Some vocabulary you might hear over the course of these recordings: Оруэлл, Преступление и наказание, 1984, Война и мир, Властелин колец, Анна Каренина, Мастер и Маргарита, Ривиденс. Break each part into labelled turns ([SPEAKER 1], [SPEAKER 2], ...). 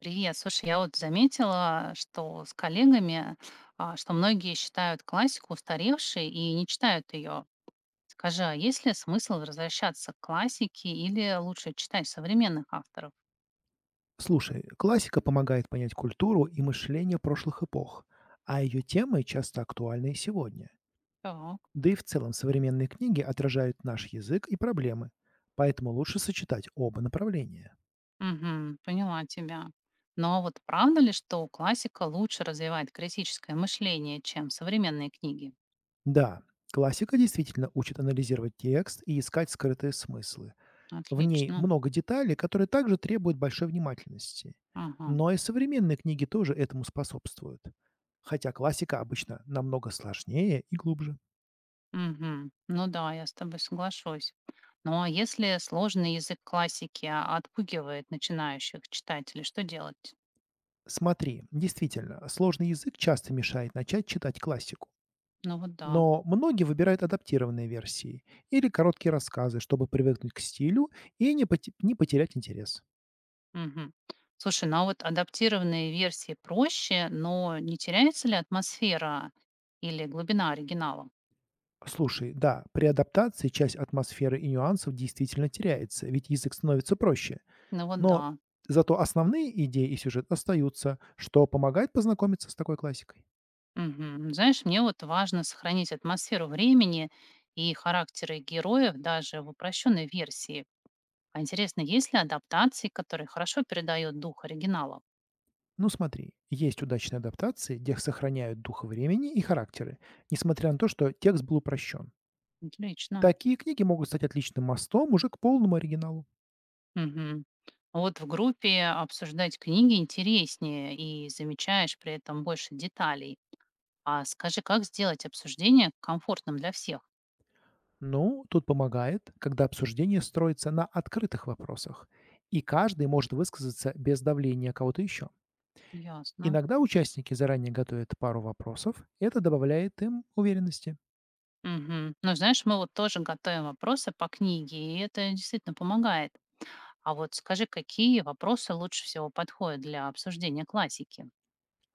[SPEAKER 1] Привет. Слушай, я вот заметила, что с коллегами, что многие считают классику устаревшей и не читают ее. Скажи, а есть ли смысл возвращаться к классике или лучше читать современных авторов?
[SPEAKER 2] Слушай, классика помогает понять культуру и мышление прошлых эпох, а ее темы часто актуальны и сегодня.
[SPEAKER 1] Так.
[SPEAKER 2] Да и в целом современные книги отражают наш язык и проблемы, поэтому лучше сочетать оба направления.
[SPEAKER 1] Мгм, поняла тебя. Но вот правда ли, что классика лучше развивает критическое мышление, чем современные книги?
[SPEAKER 2] Да, классика действительно учит анализировать текст и искать скрытые смыслы. В ней
[SPEAKER 1] Отлично.
[SPEAKER 2] много деталей, которые также требуют большой внимательности.
[SPEAKER 1] Ага.
[SPEAKER 2] Но и современные книги тоже этому способствуют. Хотя классика обычно намного сложнее и глубже.
[SPEAKER 1] Мгм. Ну да, я с тобой соглашусь. Ну а если сложный язык классики отпугивает начинающих читателей, что делать?
[SPEAKER 2] Смотри, действительно, сложный язык часто мешает начать читать классику.
[SPEAKER 1] Ну вот да.
[SPEAKER 2] Но многие выбирают адаптированные версии или короткие рассказы, чтобы привыкнуть к стилю и не потерять интерес.
[SPEAKER 1] Мгм. Слушай, ну а вот адаптированные версии проще, но не теряется ли атмосфера или глубина оригинала?
[SPEAKER 2] Слушай, да, при адаптации часть атмосферы и нюансов действительно теряется, ведь язык становится проще.
[SPEAKER 1] Ну вот да.
[SPEAKER 2] Но зато основные идеи и сюжет остаются, что помогает познакомиться с такой классикой.
[SPEAKER 1] Мгм. Знаешь, мне вот важно сохранить атмосферу времени и характеры героев даже в упрощенной версии. А интересно, есть ли адаптации, которые хорошо передают дух оригинала?
[SPEAKER 2] Ну смотри, есть удачные адаптации, где сохраняют дух времени и характеры, несмотря на то, что текст был упрощен.
[SPEAKER 1] Отлично.
[SPEAKER 2] Такие книги могут стать отличным мостом уже к полному оригиналу.
[SPEAKER 1] Мгм. А вот в группе обсуждать книги интереснее и замечаешь при этом больше деталей. А скажи, как сделать обсуждение комфортным для всех?
[SPEAKER 2] Ну, тут помогает, когда обсуждение строится на открытых вопросах, и каждый может высказаться без давления кого-то еще.
[SPEAKER 1] Ясно.
[SPEAKER 2] Иногда участники заранее готовят пару вопросов, это добавляет им уверенности.
[SPEAKER 1] Мгм. Ну, знаешь, мы вот тоже готовим вопросы по книге, и это действительно помогает. А вот скажи, какие вопросы лучше всего подходят для обсуждения классики?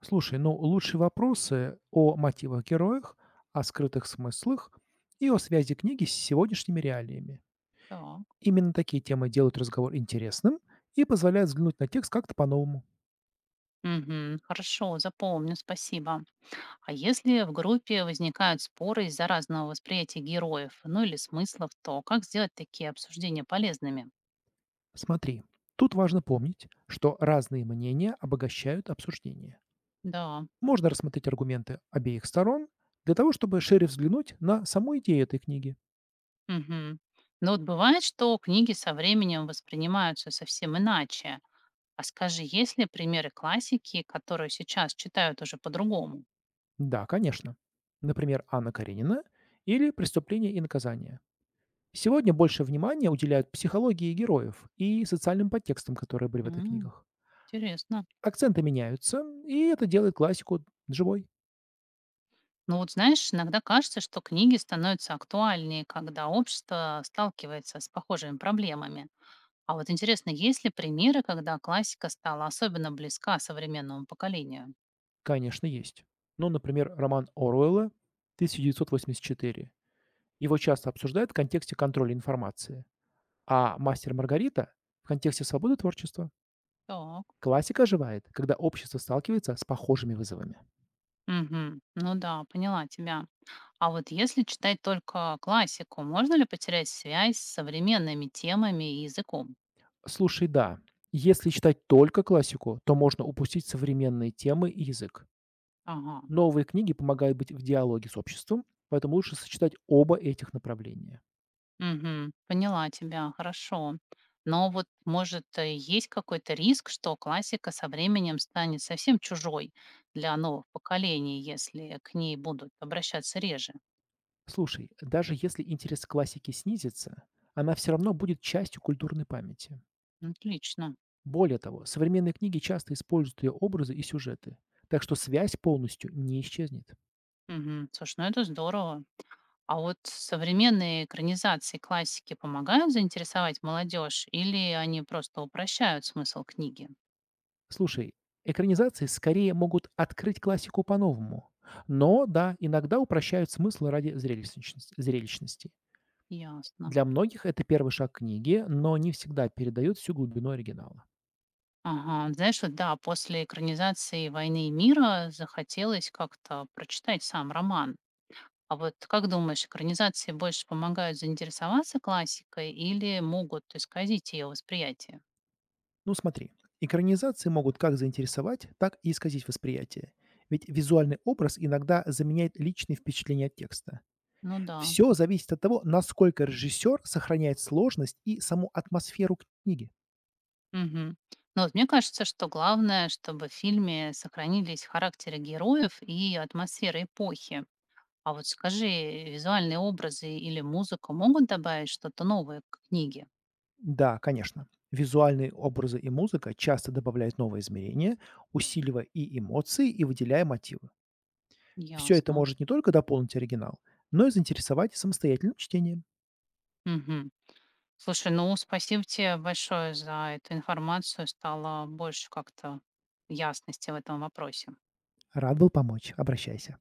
[SPEAKER 2] Слушай, ну лучшие вопросы о мотивах героях, о скрытых смыслах и о связи книги с сегодняшними реалиями.
[SPEAKER 1] Так.
[SPEAKER 2] Именно такие темы делают разговор интересным и позволяют взглянуть на текст как-то по-новому.
[SPEAKER 1] Мгм. Хорошо, запомню, спасибо. А если в группе возникают споры из-за разного восприятия героев, ну или смыслов, то как сделать такие обсуждения полезными?
[SPEAKER 2] Смотри, тут важно помнить, что разные мнения обогащают обсуждение.
[SPEAKER 1] Да.
[SPEAKER 2] Можно рассмотреть аргументы обеих сторон для того, чтобы шире взглянуть на саму идею этой книги.
[SPEAKER 1] Мгм. Но вот бывает, что книги со временем воспринимаются совсем иначе. А скажи, есть ли примеры классики, которую сейчас читают уже по-другому?
[SPEAKER 2] Да, конечно. Например, Анна Каренина или «Преступление и наказание». Сегодня больше внимания уделяют психологии героев и социальным подтекстам, которые были в этих
[SPEAKER 1] М,
[SPEAKER 2] книгах.
[SPEAKER 1] интересно.
[SPEAKER 2] Акценты меняются, и это делает классику живой.
[SPEAKER 1] Ну вот знаешь, иногда кажется, что книги становятся актуальнее, когда общество сталкивается с похожими проблемами. А вот интересно, есть ли примеры, когда классика стала особенно близка современному поколению?
[SPEAKER 2] Конечно, есть. Ну, например, роман Оруэлла «1984». Его часто обсуждают в контексте контроля информации, а «Мастер и Маргарита» — в контексте свободы творчества.
[SPEAKER 1] Так.
[SPEAKER 2] Классика оживает, когда общество сталкивается с похожими вызовами.
[SPEAKER 1] Мгм. Ну да, поняла тебя. А вот если читать только классику, можно ли потерять связь с современными темами и языком?
[SPEAKER 2] Слушай, да, если читать только классику, то можно упустить современные темы и язык.
[SPEAKER 1] Ага.
[SPEAKER 2] Новые книги помогают быть в диалоге с обществом, поэтому лучше сочетать оба этих направления.
[SPEAKER 1] Мгм. Поняла тебя, хорошо. Но вот, может, есть какой-то риск, что классика со временем станет совсем чужой для новых поколений, если к ней будут обращаться реже?
[SPEAKER 2] Слушай, даже если интерес к классике снизится, она все равно будет частью культурной памяти.
[SPEAKER 1] Отлично.
[SPEAKER 2] Более того, современные книги часто используют ее образы и сюжеты, так что связь полностью не исчезнет.
[SPEAKER 1] Угу. Слушай, ну это здорово. А вот современные экранизации классики помогают заинтересовать молодежь или они просто упрощают смысл книги?
[SPEAKER 2] Слушай, экранизации скорее могут открыть классику по-новому, но, да, иногда упрощают смысл ради зрелищности.
[SPEAKER 1] Ясно.
[SPEAKER 2] Для многих это первый шаг книги, но не всегда передает всю глубину оригинала.
[SPEAKER 1] Ага, знаешь, вот да, после экранизации «Войны и мира» захотелось как-то прочитать сам роман. А вот как думаешь, экранизации больше помогают заинтересоваться классикой или могут исказить ее восприятие?
[SPEAKER 2] Ну смотри, экранизации могут как заинтересовать, так и исказить восприятие. Ведь визуальный образ иногда заменяет личные впечатления от текста.
[SPEAKER 1] Ну да.
[SPEAKER 2] Все зависит от того, насколько режиссер сохраняет сложность и саму атмосферу книги.
[SPEAKER 1] Мгм. Но вот мне кажется, что главное, чтобы в фильме сохранились характеры героев и атмосфера эпохи. А вот скажи, визуальные образы или музыка могут добавить что-то новое к книге?
[SPEAKER 2] Да, конечно, визуальные образы и музыка часто добавляют новые измерения, усиливая и эмоции, и выделяя мотивы. Все это
[SPEAKER 1] Ясно.
[SPEAKER 2] может не только дополнить оригинал, но и заинтересовать самостоятельным чтением.
[SPEAKER 1] Мгм. Слушай, ну спасибо тебе большое за эту информацию. Стало больше как-то ясности в этом вопросе.
[SPEAKER 2] Рад был помочь. Обращайся.